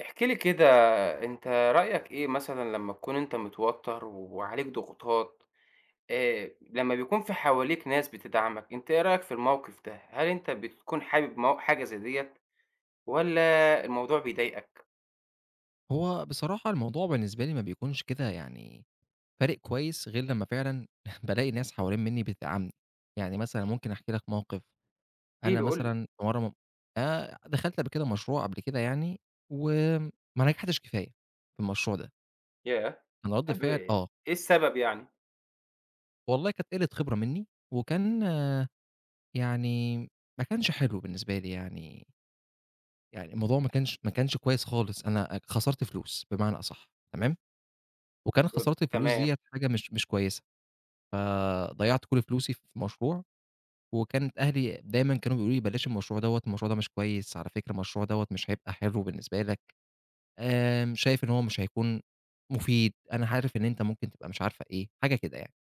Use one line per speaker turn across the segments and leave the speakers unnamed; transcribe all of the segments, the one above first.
احكِ لي كده. أنت رأيك إيه مثلًا لمّا تكون أنت متوتّر وعليك ضغوطات، لمّا بيكون في حواليك ناس بتدعمك، أنت إيه رأيك في الموقف ده؟ هل أنت بتكون حابب مو حاجة زي ديّة والّا الموضوع بيضايقك؟
هو بصراحة الموضوع بالنسبة لي ما بيكونش كده يعني فارق كويس غير لمّا فعلًا بالاقي ناس حوالين منّي بتدعمني، يعني مثلًا ممكن أحكي لك موقف.
احكِ
أنا
لي قُل لي.
مثلًا في مرة م دخلت قبل كده مشروع قبل كده يعني، وما نجحتش كفاية في المشروع ده،
ياه!
كان رد
طب
فعل
إيه
آه.
السبب يعني؟
والله كانت قِلّة خبرة منّي، وكان آه يعني ما كانش حلو بالنسبة لي يعني، يعني الموضوع ما كانش كويس خالص، أنا خسرت فلوس بمعنى أصح، تمام، وكان خسارة الفلوس
تمام.
ديّة حاجة مش كويسة. فضيّعت كل فلوسي في مشروع، وكانت أهلي دايمًا كانوا بيقولوا لي: "بلاش المشروع دوّة، المشروع ده مش كويس، على فكرة المشروع دوّة مش هيبقى حلو بالنسبة لك، شايف إن هو مش هيكون مفيد، أنا عارف إن أنت ممكن تبقى مش عارفة إيه." حاجة كده يعني.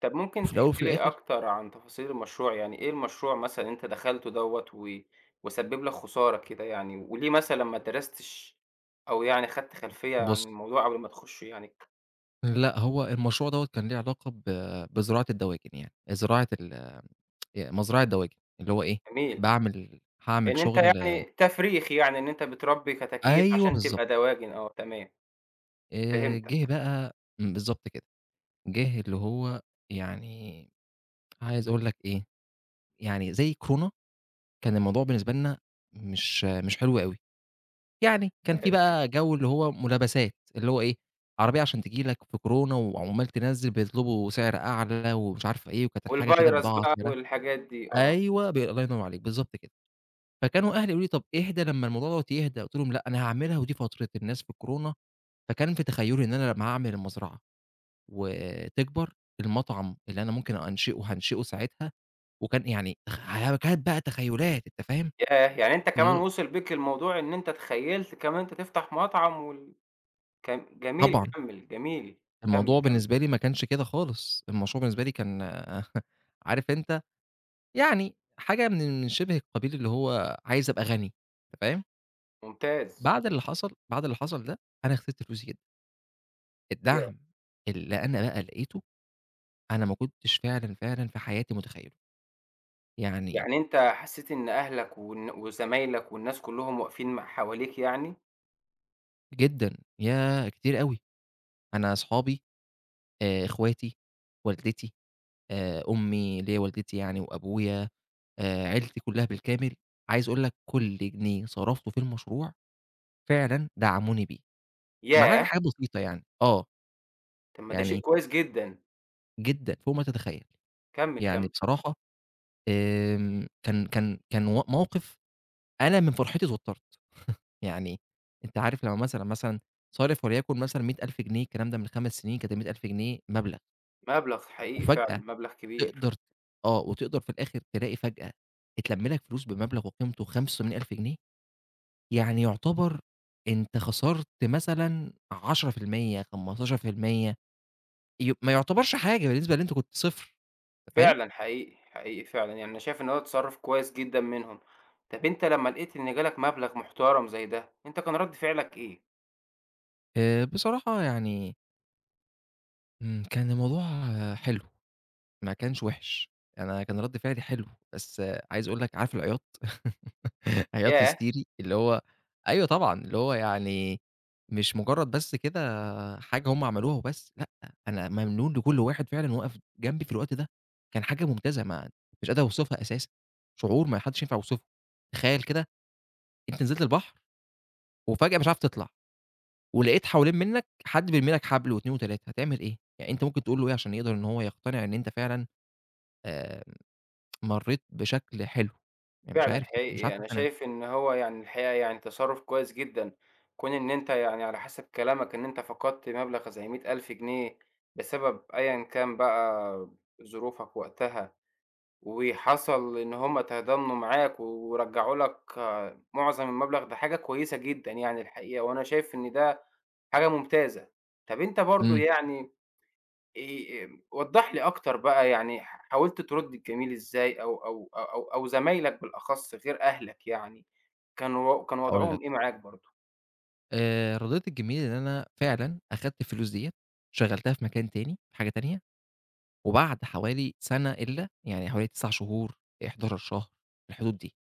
طب ممكن
وفي الأول
تحكي
وفي
لي
الآخر
أكتر عن تفاصيل المشروع، يعني إيه المشروع مثلًا أنت دخلته دوّة و وسبب لك خسارة كده يعني، وليه مثلًا ما درستش أو يعني خدت خلفية عن
بُص،
الموضوع قبل ما تخش يعني؟
لأ هو المشروع دوّة كان ليه علاقة بزراعة الدواجن يعني، زراعة ال مزرعة دواجن، اللي هو إيه،
جميل.
هاعمل
إن أنت
شغل.
يعني تفريخ يعني إن أنت بتربي كتاكيت
أيوه
عشان
بالضبط.
تبقى دواجن آه، تمام.
جِه
فهمتك.
بقى، بالضبط كده. جِه اللي هو يعني عايز أقول لك إيه، يعني زي كورونا كان الموضوع بالنسبة لنا مش حلو أوي، يعني كان في
ممتاز.
بقى جو اللي هو ملابسات، اللي هو إيه، عربية عشان تيجي لك في كورونا وعمّال تنزّل بيطلبوا سعر أعلى ومش عارفة إيه، وكانت الحاجة كده
والفيروس
البضاعة
بقى
سعرها
والحاجات دي آه.
أيوه الله ينور عليك، بالضبط كده. فكانوا أهلي يقولوا لي: "طَب اهدى لمّا الموضوع دوّة يهدى." قُلت لهم: "لأ، أنا هاعملها ودي فترة الناس في كورونا." فكان في تخيُّلي إن أنا لمّا هاعمل المزرعة وتكبر، المطعم اللي أنا ممكن أنشئه، هانشئه ساعتها، وكان يعني كانت بقى تخيلات. أنت فاهم؟
ياه! يعني أنت كمان
ي
وصل بيك الموضوع إن أنت تخيلت كمان أنت تفتح مطعم وال كم جميل
طبعًا.
كمّل، جميل. كمّل،
الموضوع
كمّل.
بالنسبة لي ما كانش كده خالص، المشروع بالنسبة لي كان عارف أنت، يعني حاجة من شبه القبيل اللي هو عايز أبقى غني، أنت فاهم؟
ممتاز.
بعد اللي حصل ده، أنا خسرت فلوسي جدًا.
ي
الدعم اللي أنا بقى لقيته، أنا ما كنتش فعلًا، فعلًا في حياتي متخيله، يعني
يعني أنت حسّيت إن أهلك والن وزمايلك والناس كلّهم واقفين مع حواليك يعني؟
جدًا، ياه كتير أوي. أنا أصحابي، إخواتي، والدتي، أمي اللي هي والدتي يعني وأبويا، عيلتي كلّها بالكامل، عايز أقول لك كل جنيه صرفته في المشروع فعلًا دعموني بيه، مع
ياه!
حاجات بسيطة يعني، آه،
طب ما ده شيء
يعني
كويس جدًا.
جدًا فوق ما تتخيّل.
كمّل،
يعني
كمّل.
بصراحة، كان و موقف، أنا من فرحتي اتوتّرت. يعني أنت عارف لمّا مثلًا صارف وليكن مثلًا 100.000 جنيه الكلام ده من 5 سنين، كانت ال100.000 جنيه مبلغ،
مبلغ حقيقي فعلًا،
وفجأة
مبلغ كبير.
تقدر آه، وتقدر في الآخر تلاقي فجأة اتلم لك فلوس بمبلغ وقيمته 85,000 جنيه، يعني يعتبر أنت خسرت مثلًا 10%، 15%، ما يعتبرش حاجة بالنسبة اللي أنت كنت صفر. أنت فاهم؟
فعلًا حقيقي، حقيقي فعلًا. يعني أنا شايف إن هو تصرُّف كويس جدًا منهم. طب أنت لمّا لقيت إن جالك مبلغ محترم زي ده، أنت كان رَد فعلك إيه؟
بصراحة يعني، كان الموضوع حلو، ما كانش وِحِش، أنا كان رد فعلي حلو، بس عايز أقول لك، عارف العياط؟ عياط
ياه!
هستيري اللي هو أيوه طبعًا، اللي هو يعني مش مجرد بس كده حاجة هم عملوها وبس، لأ، أنا ممنون لكل واحد فعلًا وقف جنبي في الوقت ده، كان حاجة ممتازة، ما مش قادر أوصفها أساسًا، شعور ما حدش ينفع يوصفه. تخيل كده أنت نزلت البحر وفجأة مش عارف تطلع، ولقيت حوالين منك حد بيرمي لك حبل و2 و3، هتعمل إيه؟ يعني أنت ممكن تقول له إيه عشان يقدر إن هو يقتنع إن أنت فعلًا، آآ، مريت بشكل حلو؟ يعني مش
فعلًا
عارف مش عارف
حقيقي، أنا
تقتنع.
شايف إن هو يعني الحقيقة يعني تصرُّف كويس جدًا، كون إن أنت يعني على حسب كلامك إن أنت فقدت مبلغ زي 100,000 جنيه بسبب أيًا كان بقى ظروفك وقتها، وحصل إن هم تضامنوا معاك ورجعوا لك آه، معظم المبلغ، ده حاجة كويسة جدًا يعني الحقيقة، وأنا شايف إن ده حاجة ممتازة. طَب أنت برضه
إمم،
يعني وضّح لي أكتر بقى يعني حاولت ترُد الجميل إزاي أو زمايلك بالأخص غير أهلك يعني، كان
هاقول لك،
وضعهم إيه معاك برضه؟
رضيت الجميل إن أنا فعلًا أخدت الفلوس ديّة شغّلتها في مكان تاني، في حاجة تانية. وبعد حوالي سَنة إلّا، يعني حوالي 9 شهور، 11 شهر، في الحدود دي،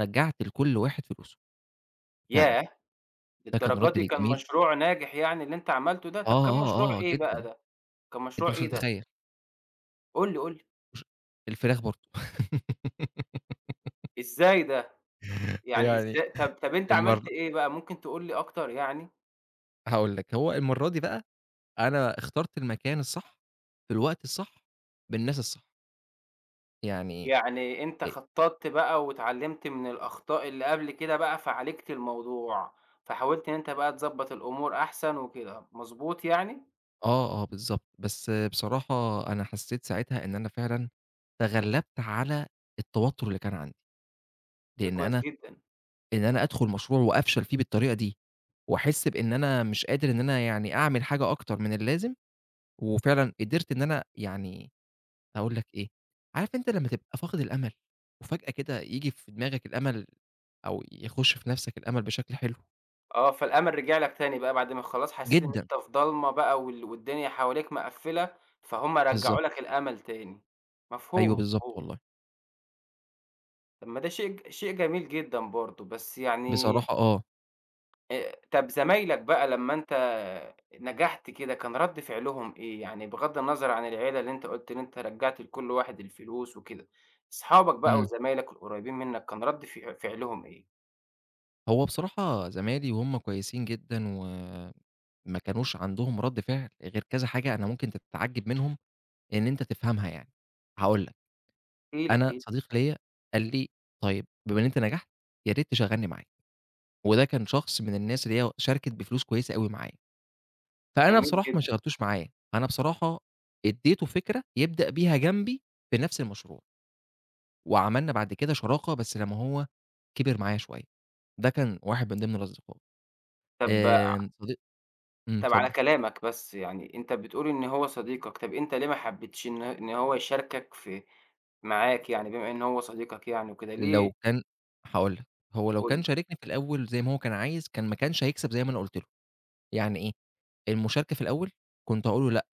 رجّعت لكل واحد فلوسه فعلًا.
ياه!
ده كان
للدرجة
ردّي
دي كان
للجميل،
مشروع ناجح يعني اللي أنت عملته ده،
آه،
طب كان مشروع
آه، آه،
إيه بقى
جدًا.
ده؟ كان
أنت
مشروع
مش
إيه ده؟
متخيّل،
قُل لي، قُل لي.
مش الفراخ برضه؟
إزاي ده؟ يعني
يعني
إزاي طب أنت عملت
المرّة،
إيه بقى ممكن تقول لي أكتر يعني؟
هاقول لك، هو المرّة دي بقى أنا اخترت المكان الصح، في الوقت الصح، بالناس الصح، يعني
يعني أنت
أ
خطّطت بقى واتعلّمت من الأخطاء اللي قبل كده بقى، فعالجت الموضوع، فحاولت إن أنت بقى تضبّط الأمور أحسن وكده، مضبوط يعني؟
آه، آه، بالضبط. بس بصراحة أنا حسّيت ساعتها إن أنا فعلًا تغلّبت على التوتُّر اللي كان عندي،
شيء
لإن
كويس
أنا
جدًا.
إن أنا أدخل مشروع وأفشل فيه بالطريقة دي، وأحس بإن أنا مش قادر إن أنا يعني أعمل حاجة أكتر من اللازم، وفعلًا قدرت إن أنا يعني، هاقول لك إيه، عارف أنت لمّا تبقى فاقد الأمل، وفجأة كده ييجي في دماغك الأمل أو يخش في نفسك الأمل بشكل حلو؟
آه، فالأمل رجع لك تاني بقى بعد ما خلاص حسّيت إن
جدًا،
أنت في ضلمة بقى والدنيا حواليك مقفّلة، فهُم رجعوا لك
بالضبط،
الأمل تاني.
أيوه
مفهوم،
بالضبط
مفهوم.
والله.
طب ما ده شيء جميل جدًا برضه، بس يعني
بصراحة آه،
طَب زمايلك بقى لمّا أنت نجحت كده، كان رَد فعلهم إيه؟ يعني بغض النظر عن العيلة اللي أنت قُلت إن أنت رجّعت لكل واحد الفلوس وكده، أصحابك بقى
إمم،
وزمايلك القريبين منك كان رَد ف فعلهم إيه؟
هو بصراحة زمايلي وهُم كويسين جدًا، وما كانوش عندهم رد فعل غير كذا حاجة أنا ممكن تتعجب منهم إن أنت تفهمها يعني، هاقول لك.
احكِ لي، احكِ
أنا
لي.
صديق ليّا قال لي: "طيب بما إن أنت نجحت يا ريت تشغّلني معاك." وده كان شخص من الناس اللي هي شاركت بفلوس كويسة أوي معايا، فأنا
جميل
بصراحة
جدًا.
ما شغّلتوش معايا. أنا بصراحة ادّيته فكرة يبدأ بيها جنبي في نفس المشروع، وعملنا بعد كده شراكة بس لمّا هو كبر معايا شوية. ده كان واحد من ضمن الأصدقاء.
طَب
صديق،
طَب على
اتفضل.
كلامك بس يعني أنت بتقول إن هو صديقك، طَب أنت ليه ما حبيتش إن هو يشاركك في معاك يعني بما إن هو صديقك يعني وكده، ليه
لو كان هاقول لك، هو لو
قُل لي؟
كان شاركني في الأول زي ما هو كان عايز، كان ما كانش هيكسب زي ما أنا قُلت له، يعني إيه، المشاركة في الأول كنت هاقول له لأ،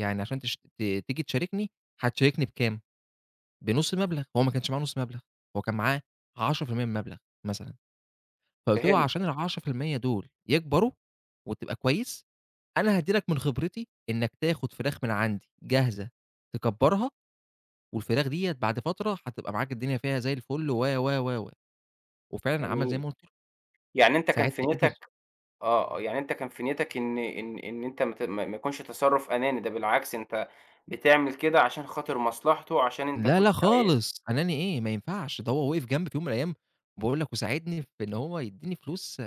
يعني عشان تش ت تيجي تشاركني، هتشاركني بكام؟ بنُص المبلغ، هو ما كانش معاه نُص مبلغ، هو كان معاه 10% من المبلغ مثلًا، فقُلت له
فهمتك،
عشان ال10% دول يكبروا وتبقى كويس، أنا هادّي لك من خبرتي إنك تاخد فراخ من عندي جاهزة تكبّرها، والفراخ ديّة بعد فترة هتبقى معاك الدنيا فيها زي الفل و. وفعلًا عمل زي
جميل.
ما قُلت له،
يعني أنت كان في
ساعتها قدر.
نيّتك آه، آه، يعني أنت كان في نيّتك إن أنت ما ت ما ما يكونش تصرُّف أناني، ده بالعكس أنت بتعمل كده عشان خاطر مصلحته، عشان أنت
لا،
كنت
لا
عاي
خالص، أناني إيه، ما ينفعش، ده هو وقف جنبي في يوم من الأيام، باقول لك، وساعدني في إن هو يدّيني فلوس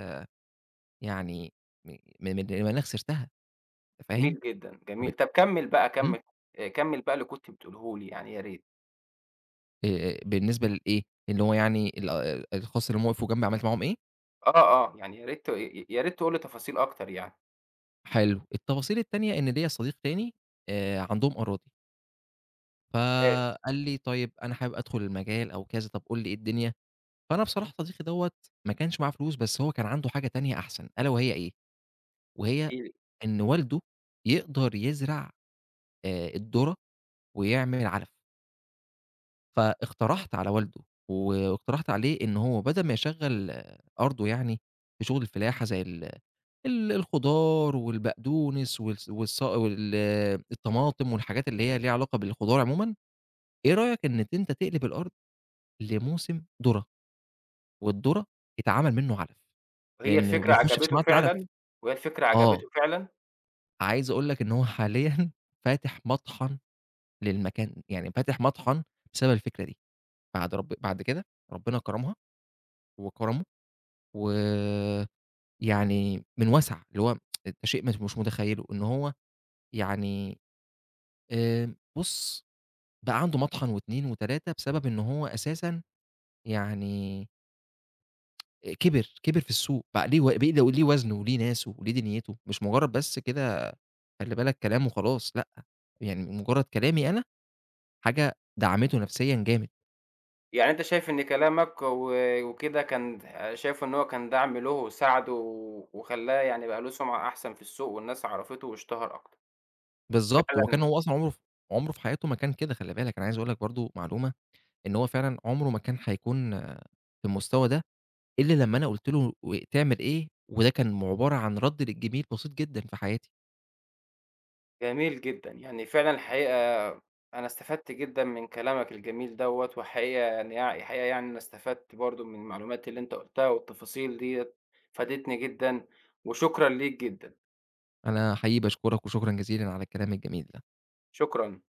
يعني م من من اللي أنا خسرتها. أنت فاهم؟
جميل جدًا، جميل.
فبت
طَب كمّل بقى،
إمم،
كمّل كمّل بقى اللي كنت بتقوله لي يعني يا ريت.
بالنسبة لإيه، اللي هو يعني الأشخاص اللي هُم وقفوا جنبي عملت معاهم إيه.
آه، آه، يعني يا ريت ت ي يا ريت تقول لي تفاصيل أكتر يعني.
حلو، التفاصيل التانية إن ليّا صديق تاني، عندهم أراضي،
ممتاز،
فقال لي: "طيب أنا حابب أدخل المجال أو كذا، طب قُل لي إيه الدنيا." فأنا بصراحة صديقي دوّة ما كانش معاه فلوس، بس هو كان عنده حاجة تانية أحسن، ألا وهي إيه،
احكِ
وهي
لي.
إن والده يقدر يزرع الذرة ويعمل علف. فاقترحت على والده، واقترحت عليه إن هو بدل ما يشغّل آه، أرضه يعني في شغل الفلاحة زي ال ال الخضار والبقدونس وال الطماطم والحاجات اللي هي ليها علاقة بالخضار عمومًا، إيه رأيك إن أنت تقلب الأرض لموسم ذرة، والذرة يتعمل منه علف،
وهي
لأنه
الفكرة
بيخش في
عجبته
صناعة العلف.
فعلًا. وهي الفكرة
آه،
عجبته فعلًا؟
عايز أقول لك إن هو حاليًا فاتح مطحن للمكان، يعني فاتح مطحن بسبب الفكرة دي. بعد كده ربنا كرمها وكرمه ويعني من وَسَع، اللي هو أنت شيء مش متخيّله، إن هو يعني، بُص، بقى عنده مطحن و2 و3 بسبب إن هو أساسًا يعني كِبِر في السوق، بقى ليه و بقي ليه وزنه وليه ناسه وليه دنيته، مش مجرّد بس كده خلّي بالك كلام وخلاص لأ، يعني مجرّد كلامي أنا حاجة دعمته نفسيًا جامد.
يعني أنت شايف إن كلامك وكده كان شايفه إن هو كان دعم له وساعده وخلّاه يعني بقى له سُمعة أحسن في السوق والناس عرفته واشتهر أكتر.
بالضبط، وما كان
فعلًا
هو أصلًا عمره في حياته ما كان كده، خلّي بالك، أنا عايز أقول لك برضه معلومة، إن هو فعلًا عمره ما كان هيكون آه، في المستوى ده إلا لمّا أنا قُلت له و تعمل إيه، وده كان عبارة عن رَد للجميل بسيط جدًا في حياتي.
جميل جدًا، يعني فعلًا الحقيقة أنا استفدت جدًا من كلامك الجميل دوّة، حقيقة يعني أنا استفدت برضه من المعلومات اللي أنت قُلتها والتفاصيل ديّة، فادتني جدًا، وشكرًا ليك جدًا،
أنا حقيقي باشكرك وشكرًا جزيلًا على الكلام الجميل ده.
شكرًا.